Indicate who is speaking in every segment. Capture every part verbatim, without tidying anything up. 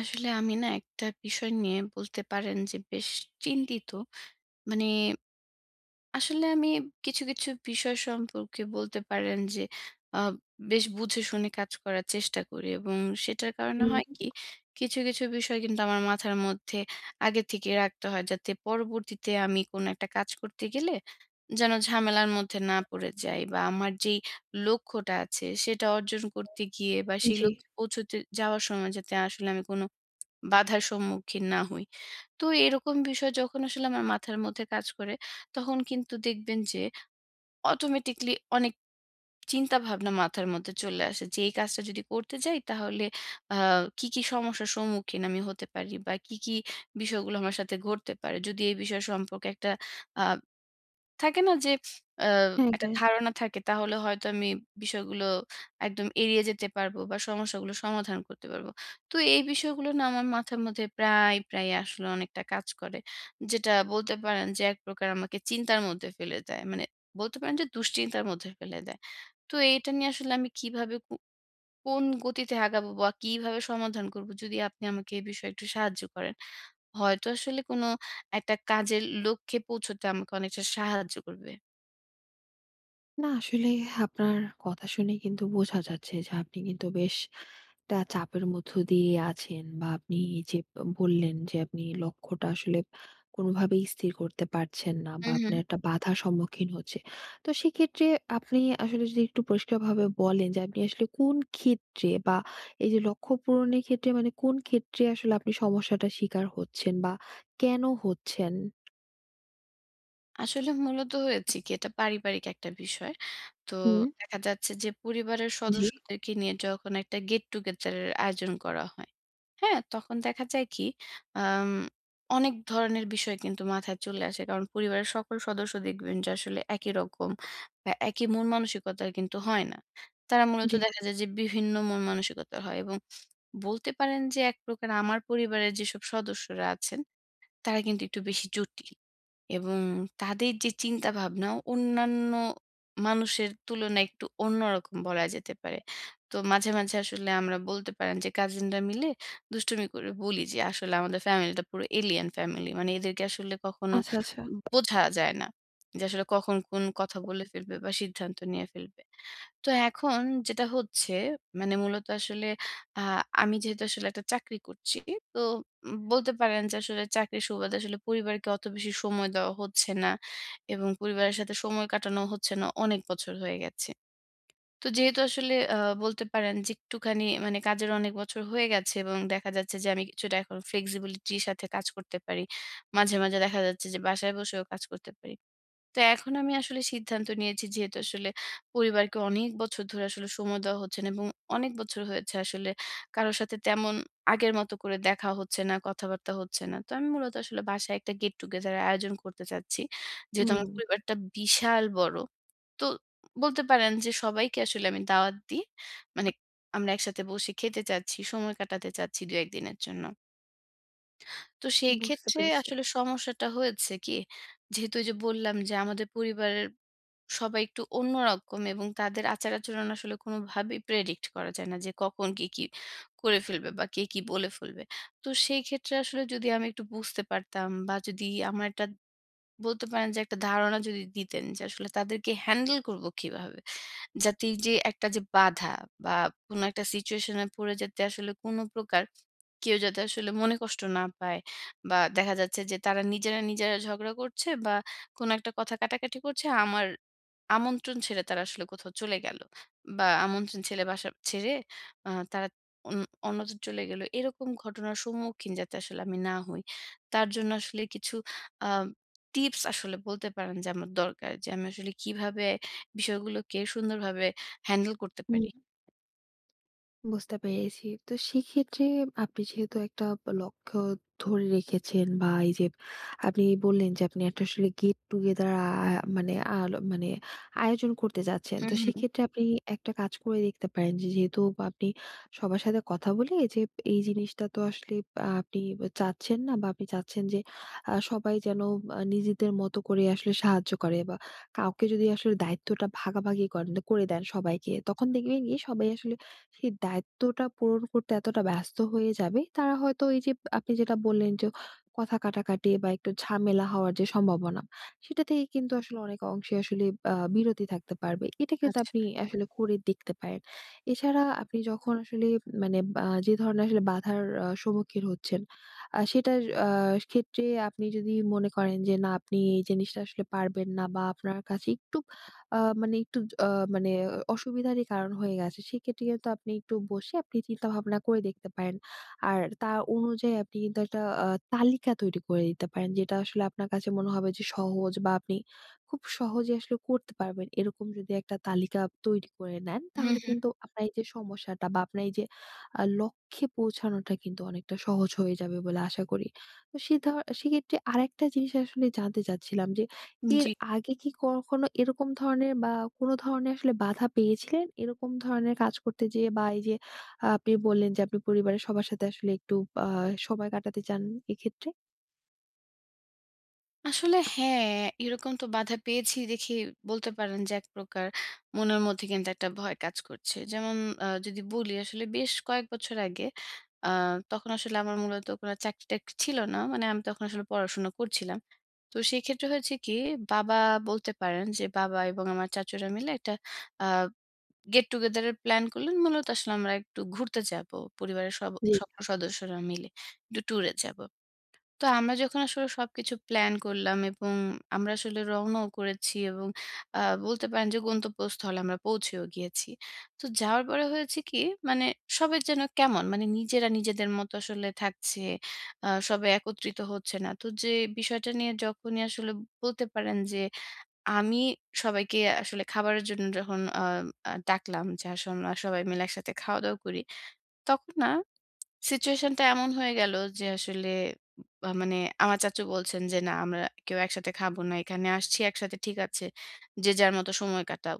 Speaker 1: আসলে আমি না একটা বিষয় নিয়ে বলতে পারেন যে বেশ চিন্তিত। মানে আসলে আমি কিছু, কিছু বিষয় সম্পর্কে বলতে পারেন যে আ বেশ বুঝে শুনে কাজ করার চেষ্টা করি, এবং সেটার কারণে হয়
Speaker 2: হুম,
Speaker 1: কি, কিছু, কিছু বিষয় কিন্তু আমার মাথার মধ্যে আগে থেকে রাখতে হয়, যাতে পরবর্তীতে আমি কোনো একটা কাজ করতে গেলে যেন ঝামেলার মধ্যে না পড়ে যাই, বা আমার যেই লক্ষ্যটা আছে সেটা অর্জন করতে গিয়ে বা সেই
Speaker 2: জি।
Speaker 1: লক্ষ্যে পৌঁছতে যাওয়ার সময় যাতে আসলে আমি কোনো বাধার সম্মুখীন না হই। তো এরকম বিষয় যখন আসলে আমার মাথার মধ্যে কাজ করে, তখন কিন্তু দেখবেন যে অটোমেটিক্যালি অনেক চিন্তাভাবনা মাথার মধ্যে চলে আসে যে, এই কাজটা যদি করতে যাই তাহলে আ কি, কি সমস্যার সম্মুখীন আমি হতে পারি বা কি, কি বিষয়গুলো আমার সাথে ঘটতে পারে। যদি এই বিষয় সম্পর্কে একটা আ থাকে না, যে আ
Speaker 2: হ্যাঁ,
Speaker 1: একটা
Speaker 2: হ্যাঁ।
Speaker 1: ধারণা থাকে, তাহলে হয়তো আমি বিষয়গুলো একদম এড়িয়ে যেতে পারবো বা সমস্যাগুলো সমাধান করতে পারবো। তো এই বিষয়গুলো না আমার মাথার মধ্যে প্রায়, প্রায় আসলে অনেকটা কাজ করে। যেটা বলতে পারেন যে এক প্রকার আমাকে চিন্তার মধ্যে ফেলে দেয়। মানে বলতে পারেন যে দুশ্চিন্তার মধ্যে ফেলে দেয়। তো এটা নিয়ে আসলে আমি কিভাবে কো কোন গতিতে আগাবো বা কিভাবে সমাধান করব, যদি আপনি আমাকে এই বিষয়ে একটু সাহায্য করেন। হয়তো আসলে কোনো একটা কাজের লক্ষ্যে পৌঁছতে আমাকে অনেকটা সাহায্য করবে।
Speaker 2: না আসলে আপনার কথা শুনে কিন্তু বোঝা যাচ্ছে যে আপনি কিন্তু বেশ একটা চাপের মধ্য দিয়ে আছেন, বা আপনি এই যে বললেন যে আপনি লক্ষ্যটা আসলে কোনোভাবেই স্থির করতে পারছেন না বা
Speaker 1: হুম, হুম।
Speaker 2: আপনার একটা বাধার সম্মুখীন হচ্ছে। তো সেক্ষেত্রে আপনি আসলে যদি একটু পরিষ্কারভাবে বলেন যে আপনি আসলে কোন ক্ষেত্রে বা এই যে লক্ষ্য পূরণের ক্ষেত্রে মানে কোন ক্ষেত্রে আসলে আপনি সমস্যাটার শিকার হচ্ছেন বা কেন হচ্ছেন?
Speaker 1: আসলে মূলত হয়েছে কি, এটা পারিবারিক একটা বিষয়। তো
Speaker 2: হুম।
Speaker 1: দেখা যাচ্ছে যে পরিবারের
Speaker 2: জি,
Speaker 1: সদস্যদেরকে নিয়ে যখন একটা গেট টুগেদার এর আয়োজন করা হয়, হ্যাঁ? তখন দেখা যায় কি, আম অনেক ধরনের বিষয় কিন্তু মাথায় চলে আসে। কারণ পরিবারের সকল সদস্য দেখবেন যে আসলে একই রকম বা একই মন মানসিকতার কিন্তু হয় না। তারা মূলত
Speaker 2: জি।
Speaker 1: দেখা যায় যে বিভিন্ন মন মানসিকতার হয়, এবং বলতে পারেন যে এক প্রকার আমার পরিবারের যেসব সদস্যরা আছেন তারা কিন্তু একটু বেশি জটিল। এবং তাদের যে চিন্তা ভাবনা অন্যান্য মানুষের তুলনায় একটু অন্যরকম বলা যেতে পারে। তো মাঝে, মাঝে আসলে আমরা, বলতে পারেন যে কাজিনরা মিলে দুষ্টুমি করে বলি যে আসলে আমাদের ফ্যামিলিটা পুরো এলিয়েন ফ্যামিলি। মানে এদেরকে আসলে কখনো
Speaker 2: আচ্ছা, আচ্ছা।
Speaker 1: বোঝা যায় না। যে আসলে কখন কোন কথা বলে ফেলবে বা সিদ্ধান্ত নিয়ে ফেলবে। তো এখন যেটা হচ্ছে, মানে মূলত আসলে আ আমি যেহেতু আসলে একটা চাকরি করছি। তো উম বলতে পারেন যে আসলে চাকরির সুবাদে আসলে পরিবারকে অত বেশি সময় দেওয়া হচ্ছে না, এবং পরিবারের সাথে সময় কাটানো হচ্ছে না অনেক বছর হয়ে গেছে। তো যেহেতু আসলে আ বলতে পারেন যে একটুখানি, মানে কাজের অনেক বছর হয়ে গেছে, এবং দেখা যাচ্ছে যে আমি কিছুটা এখন flexibility র সাথে কাজ করতে পারি। মাঝে, মাঝে দেখা যাচ্ছে যে বাসায় বসেও কাজ করতে পারি। তো এখন আমি আসলে সিদ্ধান্ত নিয়েছি, যেহেতু আসলে পরিবারকে অনেক বছর ধরে আসলে সময় দেওয়া হচ্ছে না, এবং অনেক বছর হয়েছে আসলে কারোর সাথে তেমন আগের মতো করে দেখা হচ্ছে না, কথাবার্তা হচ্ছে না। তো আমি মূলত আসলে বাসায় একটা গেট টুগেদার এর আয়োজন করতে চাচ্ছি। যেহেতু
Speaker 2: হুম,
Speaker 1: আমার পরিবারটা বিশাল বড়। তো বলতে পারেন যে সবাইকে আসলে আমি দাওয়াত দিয়ে, মানে আমরা একসাথে বসে খেতে চাচ্ছি, সময় কাটাতে চাচ্ছি দুই এক দিনের জন্য। তো সেই
Speaker 2: বুঝতে
Speaker 1: ক্ষেত্রে
Speaker 2: পেরেছি।
Speaker 1: আসলে সমস্যাটা হয়েছে কি, যেহেতু ওই যে বললাম যে আমাদের পরিবারের সবাই একটু অন্যরকম, এবং তাদের আচার-আচরণ আসলে কোনোভাবেই প্রেডিক্ট করা যায় না যে কখন কে কি করে ফেলবে বা কে কি বলে ফেলবে। তো সেই ক্ষেত্রে আসলে যদি আমি একটু বুঝতে পারতাম, বা যদি আমার একটা, বলতে পারেন যে একটা ধারণা যদি দিতেন যে আসলে তাদেরকে হ্যান্ডেল করব কিভাবে? যাতে এই যে একটা যে বাধা বা কোনো একটা সিচুয়েশন এ পড়ে, যাতে আসলে কোনো প্রকার কেউ যাতে আসলে মনে কষ্ট না পায়, বা দেখা যাচ্ছে যে তারা নিজেরা, নিজেরা ঝগড়া করছে বা কোনো একটা কথা কাটাকাটি করছে। আমার আমন্ত্রণ ছেড়ে তারা আসলে কোথাও চলে গেল, বা আমন্ত্রণ ছেড়ে বাসা ছেড়ে আ তারা অন অন্যত্র চলে গেল। এরকম ঘটনার সম্মুখীন যাতে আসলে আমি না হই। তার জন্য আসলে কিছু আ টিপস আসলে বলতে পারেন যে আমার দরকার। যে আমি আসলে কিভাবে বিষয়গুলোকে সুন্দরভাবে হ্যান্ডেল করতে
Speaker 2: হুম।
Speaker 1: পারি?
Speaker 2: বুঝতে পেরেছি। তো সেক্ষেত্রে আপনি যেহেতু একটা লক্ষ্য ধরে রেখেছেন, বা এই যে আপনি বললেন যে আপনি একটা আসলে get together আ আ মানে আল মানে আয়োজন করতে যাচ্ছেন।
Speaker 1: হুম,
Speaker 2: তো
Speaker 1: হুম।
Speaker 2: সেক্ষেত্রে আপনি একটা কাজ করে দেখতে পারেন যে, যেহেতু আপনি সবার সাথে কথা বলে যে এই জিনিসটা তো আসলে আ আপনি চাচ্ছেন না, বা আপনি চাচ্ছেন যে আ সবাই যেন আ নিজেদের মতো করে আসলে সাহায্য করে, বা কাউকে যদি আসলে দায়িত্বটা ভাগাভাগি করেন করে দেন সবাইকে, তখন দেখবেন কি সবাই আসলে সেই দায়িত্বটা পূরণ করতে এতটা ব্যস্ত হয়ে যাবে, তারা হয়তো এই যে আপনি যেটা বললেন যে কথা কাটাকাটি বা একটু ঝামেলা হওয়ার যে সম্ভাবনা, সেটা থেকে কিন্তু আসলে অনেক অংশে আসলে আ বিরতি থাকতে পারবে। এটা কিন্তু
Speaker 1: আচ্ছা।
Speaker 2: আপনি আসলে করে দেখতে পারেন। এছাড়া আপনি যখন আসলে মানে বা যে ধরনের আসলে বাধার আ সম্মুখীন হচ্ছেন, আ সেটার আ ক্ষেত্রে আপনি যদি মনে করেন যে না আপনি এই জিনিসটা আসলে পারবেন না, বা আপনার কাছে একটু আ মানে একটু আ মানে অসুবিধারই কারণ হয়ে গেছে। সেক্ষেত্রে কিন্তু আপনি একটু বসে আপনি চিন্তা ভাবনা করে দেখতে পারেন। আর তার অনুযায়ী আপনি কিন্তু একটা আ তালিকা তৈরি করে দিতে পারেন। যেটা আসলে আপনার কাছে মনে হবে যে সহজ, বা আপনি খুব সহজে আসলে করতে পারবেন। এরকম যদি একটা তালিকা তৈরি করে নেন
Speaker 1: হুম,
Speaker 2: তাহলে
Speaker 1: হুম।
Speaker 2: কিন্তু আপনার এই যে সমস্যাটা বা আপনার এই যে আ লক্ষ্যে পৌঁছানোটা কিন্তু অনেকটা সহজ হয়ে যাবে বলে আশা করি। তো সে ধ সেক্ষেত্রে আরেকটা জিনিস আসলে জানতে চাচ্ছিলাম যে এর
Speaker 1: জি।
Speaker 2: আগে কি কখনো এরকম ধরনের বা কোনো ধরনের আসলে বাধা পেয়েছিলেন? এরকম ধরনের কাজ করতে যেয়ে, বা এই যে আহ, আপনি বললেন যে আপনি পরিবারের সবার সাথে আসলে একটু আ সময় কাটাতে চান এক্ষেত্রে?
Speaker 1: আসলে হ্যাঁ, এরকম তো বাধা পেয়েছি দেখেই বলতে পারেন যে এক প্রকার মনের মধ্যে কিন্তু একটা ভয় কাজ করছে। যেমন আ যদি বলি, আসলে বেশ কয়েক বছর আগে আ তখন আসলে আমার মূলত কোনো চাকরি-টাকরি ছিল না। মানে আমি তখন আসলে পড়াশোনা করছিলাম। তো সেক্ষেত্রে হয়েছে কি, বাবা বলতে পারেন যে বাবা এবং আমার চাচুরা মিলে একটা আ গেট টুগেদার এর প্ল্যান করলেন। মূলত আসলে আমরা একটু ঘুরতে যাবো। পরিবারের সব
Speaker 2: জি।
Speaker 1: সকল সদস্যরা মিলে একটু ট্যুরে যাবো। তো আমরা যখন আসলে সবকিছু প্ল্যান করলাম, এবং আমরা আসলে রওনাও করেছি, এবং আহ, বলতে পারেন যে গন্তব্যস্থলে আমরা পৌঁছেও গিয়েছি। তো যাওয়ার পরে হয়েছে কি, মানে সবাই যেন কেমন, মানে নিজেরা নিজেদের মতো আসলে থাকছে। আহ, সবাই একত্রিত হচ্ছে না। তো যে বিষয়টা নিয়ে যখনই আসলে বলতে পারেন যে আমি সবাইকে আসলে খাবারের জন্য যখন আহ, আহ, ডাকলাম যে, আসলে আমরা সবাই মিলে একসাথে খাওয়া দাওয়া করি, তখন না সিচুয়েশন টা এমন হয়ে গেল যে আসলে আ মানে আমার চাচু বলছেন যে, "না, আমরা কেউ একসাথে খাবো না। এখানে আসছি একসাথে, ঠিক আছে। যে যার মতো সময় কাটাও।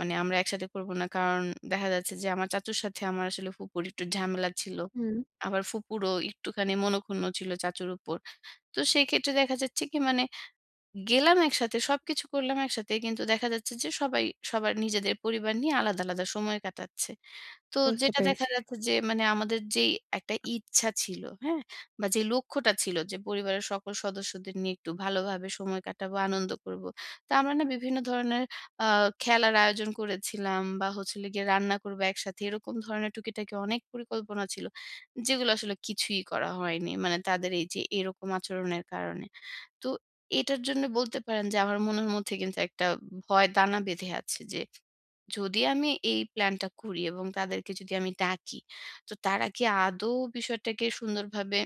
Speaker 1: মানে আমরা একসাথে করবো না।" কারণ দেখা যাচ্ছে যে আমার চাচুর সাথে আমার আসলে ফুপুর একটু ঝামেলা ছিল।
Speaker 2: হুম,
Speaker 1: আবার ফুপুরও একটুখানি মনোক্ষুণ্ণ ছিল চাচুর উপর। তো সেই ক্ষেত্রে দেখা যাচ্ছে কি, মানে গেলাম একসাথে, সবকিছু করলাম একসাথে। কিন্তু দেখা যাচ্ছে যে সবাই সবার নিজেদের পরিবার নিয়ে আলাদা, আলাদা সময় কাটাচ্ছে। তো
Speaker 2: বুঝতে
Speaker 1: যেটা দেখা
Speaker 2: পেরেছি।
Speaker 1: যাচ্ছে যে, মানে আমাদের যেই একটা ইচ্ছা ছিল, হ্যাঁ? বা যে লক্ষ্যটা ছিল যে পরিবারের সকল সদস্যদের নিয়ে একটু ভালোভাবে সময় কাটাবো, আনন্দ করব। তো আমরা না বিভিন্ন ধরনের আ খেলার আয়োজন করেছিলাম, বা হচ্ছে হলো গিয়ে রান্না করব একসাথে। এরকম ধরনের টুকিটাকি অনেক পরিকল্পনা ছিল। যেগুলো আসলে কিছুই করা হয়নি। মানে তাদের এই যে এরকম আচরণের কারণে। তো এটার জন্য বলতে পারেন যে আমার মনের মধ্যে কিন্তু একটা ভয় দানা বেঁধে আছে যে, যদি আমি এই প্ল্যানটা করি এবং তাদেরকে যদি আমি ডাকি, তো তারা কি আদৌ বিষয়টাকে সুন্দরভাবে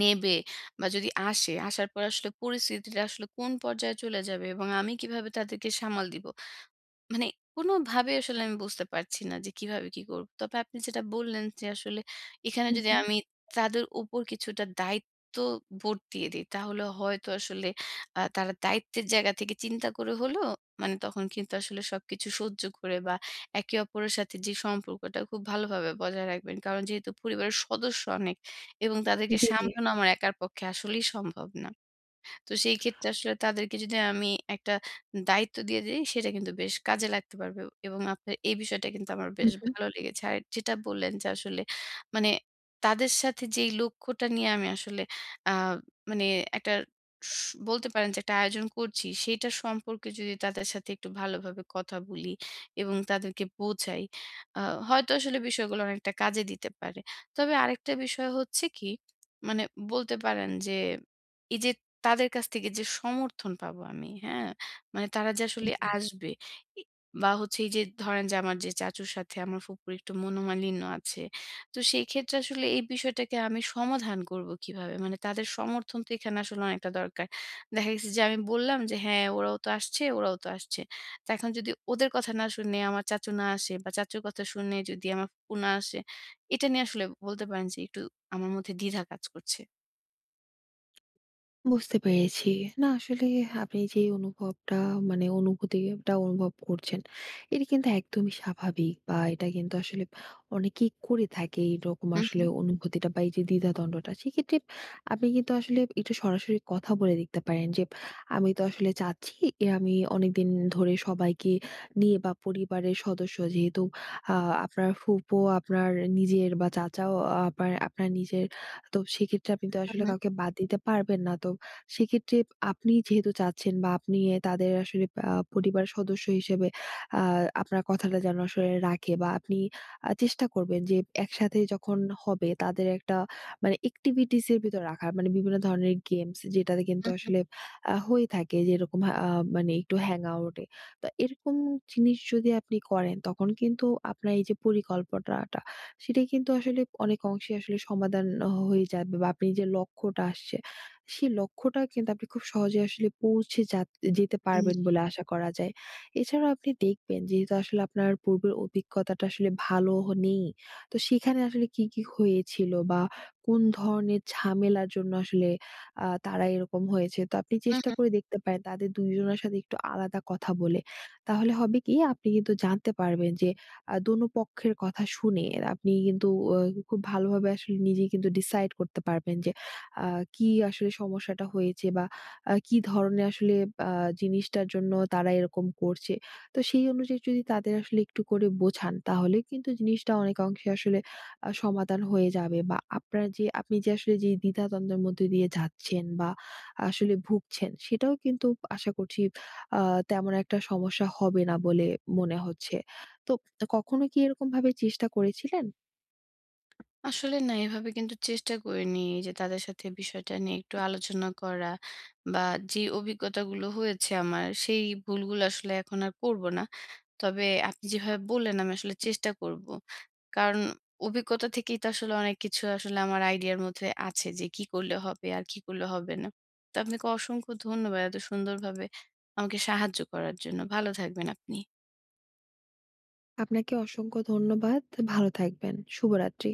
Speaker 1: নেবে? বা যদি আসে, আসার পর আসলে পরিস্থিতিটা আসলে কোন পর্যায়ে চলে যাবে, এবং আমি কিভাবে তাদেরকে সামাল দিব? মানে কোনোভাবে আসলে আমি বুঝতে পারছি না যে কিভাবে কি করব। তবে আপনি যেটা বললেন যে, আসলে এখানে
Speaker 2: হু,
Speaker 1: যদি
Speaker 2: হু।
Speaker 1: আমি তাদের উপর কিছুটা দায়িত্ববোধ দিয়ে দিই তাহলে হয়তো আসলে আ তারা দায়িত্বের জায়গা থেকে চিন্তা করে হলেও, মানে তখন কিন্তু আসলে সবকিছু সহ্য করে বা একে অপরের সাথে যে সম্পর্কটা খুব ভালোভাবে বজায় রাখবেন। কারণ যেহেতু পরিবারের সদস্য অনেক, এবং তাদেরকে
Speaker 2: জি, জি।
Speaker 1: সামলানো আমার একার পক্ষে আসলেই সম্ভব না। তো সেই ক্ষেত্রে আসলে তাদেরকে যদি আমি একটা দায়িত্ব দিয়ে দেই সেটা কিন্তু বেশ কাজে লাগতে পারবে, এবং আপনার এই বিষয়টা কিন্তু আমার
Speaker 2: হু,
Speaker 1: বেশ
Speaker 2: হু।
Speaker 1: ভালো লেগেছে। আর যেটা বললেন যে, আসলে মানে তাদের সাথে যেই লক্ষ্যটা নিয়ে আমি আসলে আ মানে একটা স বলতে পারেন যে একটা আয়োজন করছি, সেইটা সম্পর্কে যদি তাদের সাথে একটু ভালোভাবে কথা বলি এবং তাদেরকে বোঝাই, আ হয়তো আসলে বিষয়গুলো অনেকটা কাজে দিতে পারে। তবে আরেকটা বিষয় হচ্ছে কি, মানে বলতে পারেন যে এই যে তাদের কাছ থেকে যে সমর্থন পাবো আমি, হ্যাঁ? মানে তারা যে আসলে আসবে, ই বা হচ্ছে এই যে ধরেন যে আমার যে চাচুর সাথে আমার ফুপুর একটু মনোমালিন্য আছে। তো সেই ক্ষেত্রে আসলে এই বিষয়টাকে আমি সমাধান করব কিভাবে? মানে তাদের সমর্থন তো এখানে আসলে অনেকটা দরকার। দেখা গেছে যে আমি বললাম যে, "হ্যাঁ, ওরাও তো আসছে, ওরাও তো আসছে।" তো এখন যদি ওদের কথা না শুনে আমার চাচু না আসে, বা চাচুর কথা শুনে যদি আমার ফুপু না আসে, এটা নিয়ে আসলে বলতে পারেন যে একটু আমার মধ্যে দ্বিধা কাজ করছে।
Speaker 2: বুঝতে পেরেছি। না আসলে আপনি যে অনুভবটা মানে অনুভূতিটা অনুভব করছেন, এটা কিন্তু একদমই স্বাভাবিক, বা এটা কিন্তু আসলে অনেকেই করে থাকে এইরকম আসলে
Speaker 1: হু,
Speaker 2: অনুভূতিটা বা এই যে দ্বিধাদ্বন্দ্বটা। সেক্ষেত্রে আপনি কিন্তু আসলে একটু সরাসরি কথা বলে দেখতে পারেন যে, "আমি তো আসলে চাচ্ছি এ আমি অনেকদিন ধরে সবাইকে নিয়ে বা পরিবারের সদস্য যেহেতু আ আপনার ফুপো, আপনার নিজের, বা চাচাও আবার আপনার নিজের। তো সেক্ষেত্রে আপনি তো
Speaker 1: হু,
Speaker 2: আসলে
Speaker 1: হু,
Speaker 2: কাউকে বাদ দিতে পারবেন না। তো সেক্ষেত্রে আপনি যেহেতু চাচ্ছেন বা আপনি এ তাদের আসলে আ পরিবারের সদস্য হিসেবে আ আপনার কথাটা যেন আসলে রাখে, বা আপনি আ চেষ্টা করবেন যে একসাথে যখন হবে তাদের একটা মানে এক্টিভিটিস এর ভিতর রাখার। মানে বিভিন্ন ধরনের গেমস যেটাতে কিন্তু
Speaker 1: হু, হু,
Speaker 2: আসলে আ হয়ে থাকে, যেরকম আ মানে একটু হ্যাং আউট এ। তো এরকম জিনিস যদি আপনি করেন তখন কিন্তু আপনার এই যে পরিকল্পনাটা সেটাই কিন্তু আসলে অনেক অংশে আসলে সমাধান হয়ে যাবে, বা আপনি যে লক্ষ্যটা আসছে সেই লক্ষ্যটা কিন্তু আপনি খুব সহজে আসলে পৌঁছে যা যেতে
Speaker 1: হু।
Speaker 2: পারবেন বলে আশা করা যায়। এছাড়াও আপনি দেখবেন যেহেতু আসলে আপনার পূর্বের অভিজ্ঞতাটা আসলে ভালো হ নেই। তো সেখানে আসলে কি, কি হয়েছিল বা কোন ধরনের ঝামেলার জন্য আসলে আ তারা এরকম হয়েছে। তো আপনি
Speaker 1: হু,
Speaker 2: চেষ্টা
Speaker 1: হু।
Speaker 2: করে দেখতে পারেন তাদের দুই জনের সাথে একটু আলাদা কথা বলে। তাহলে হবে কি আপনি কিন্তু জানতে পারবেন যে আ দোনো পক্ষের কথা শুনে আপনি কিন্তু অ খুব ভালোভাবে আসলে নিজেই কিন্তু ডিসাইড করতে পারবেন যে আ কি আসলে সমস্যাটা হয়েছে বা আ কি ধরনের আসলে আ জিনিসটার জন্য তারা এরকম করছে। তো সেই অনুযায়ী যদি তাদের আসলে একটু করে বোঝান তাহলে কিন্তু জিনিসটা অনেকাংশে আসলে আ সমাধান হয়ে যাবে, বা আপনার যে আপনি যে আসলে যে দ্বিধাদ্বন্দ্বের মধ্যে দিয়ে যাচ্ছেন বা আসলে ভুগছেন সেটাও কিন্তু আশা করছি আ তেমন একটা সমস্যা হবে না বলে মনে হচ্ছে। তো কখনো কি এরকমভাবে চেষ্টা করেছিলেন?
Speaker 1: আসলে না, এভাবে কিন্তু চেষ্টা করিনি, এই যে তাদের সাথে বিষয়টা নিয়ে একটু আলোচনা করা, বা যে অভিজ্ঞতাগুলো হয়েছে আমার সেই ভুলগুলো আসলে এখন আর করব না। তবে আপনি যেভাবে বললেন আমি আসলে চেষ্টা করব। কারণ অভিজ্ঞতা থেকেই তো আসলে অনেক কিছু আসলে আমার আইডিয়ার মধ্যে আছে যে কি করলে হবে আর কি করলে হবে না। তো আপনাকে অসংখ্য ধন্যবাদ, এত সুন্দরভাবে আমাকে সাহায্য করার জন্য। ভালো থাকবেন আপনি।
Speaker 2: আপনাকে অসংখ্য ধন্যবাদ। ভালো থাকবেন। শুভরাত্রি।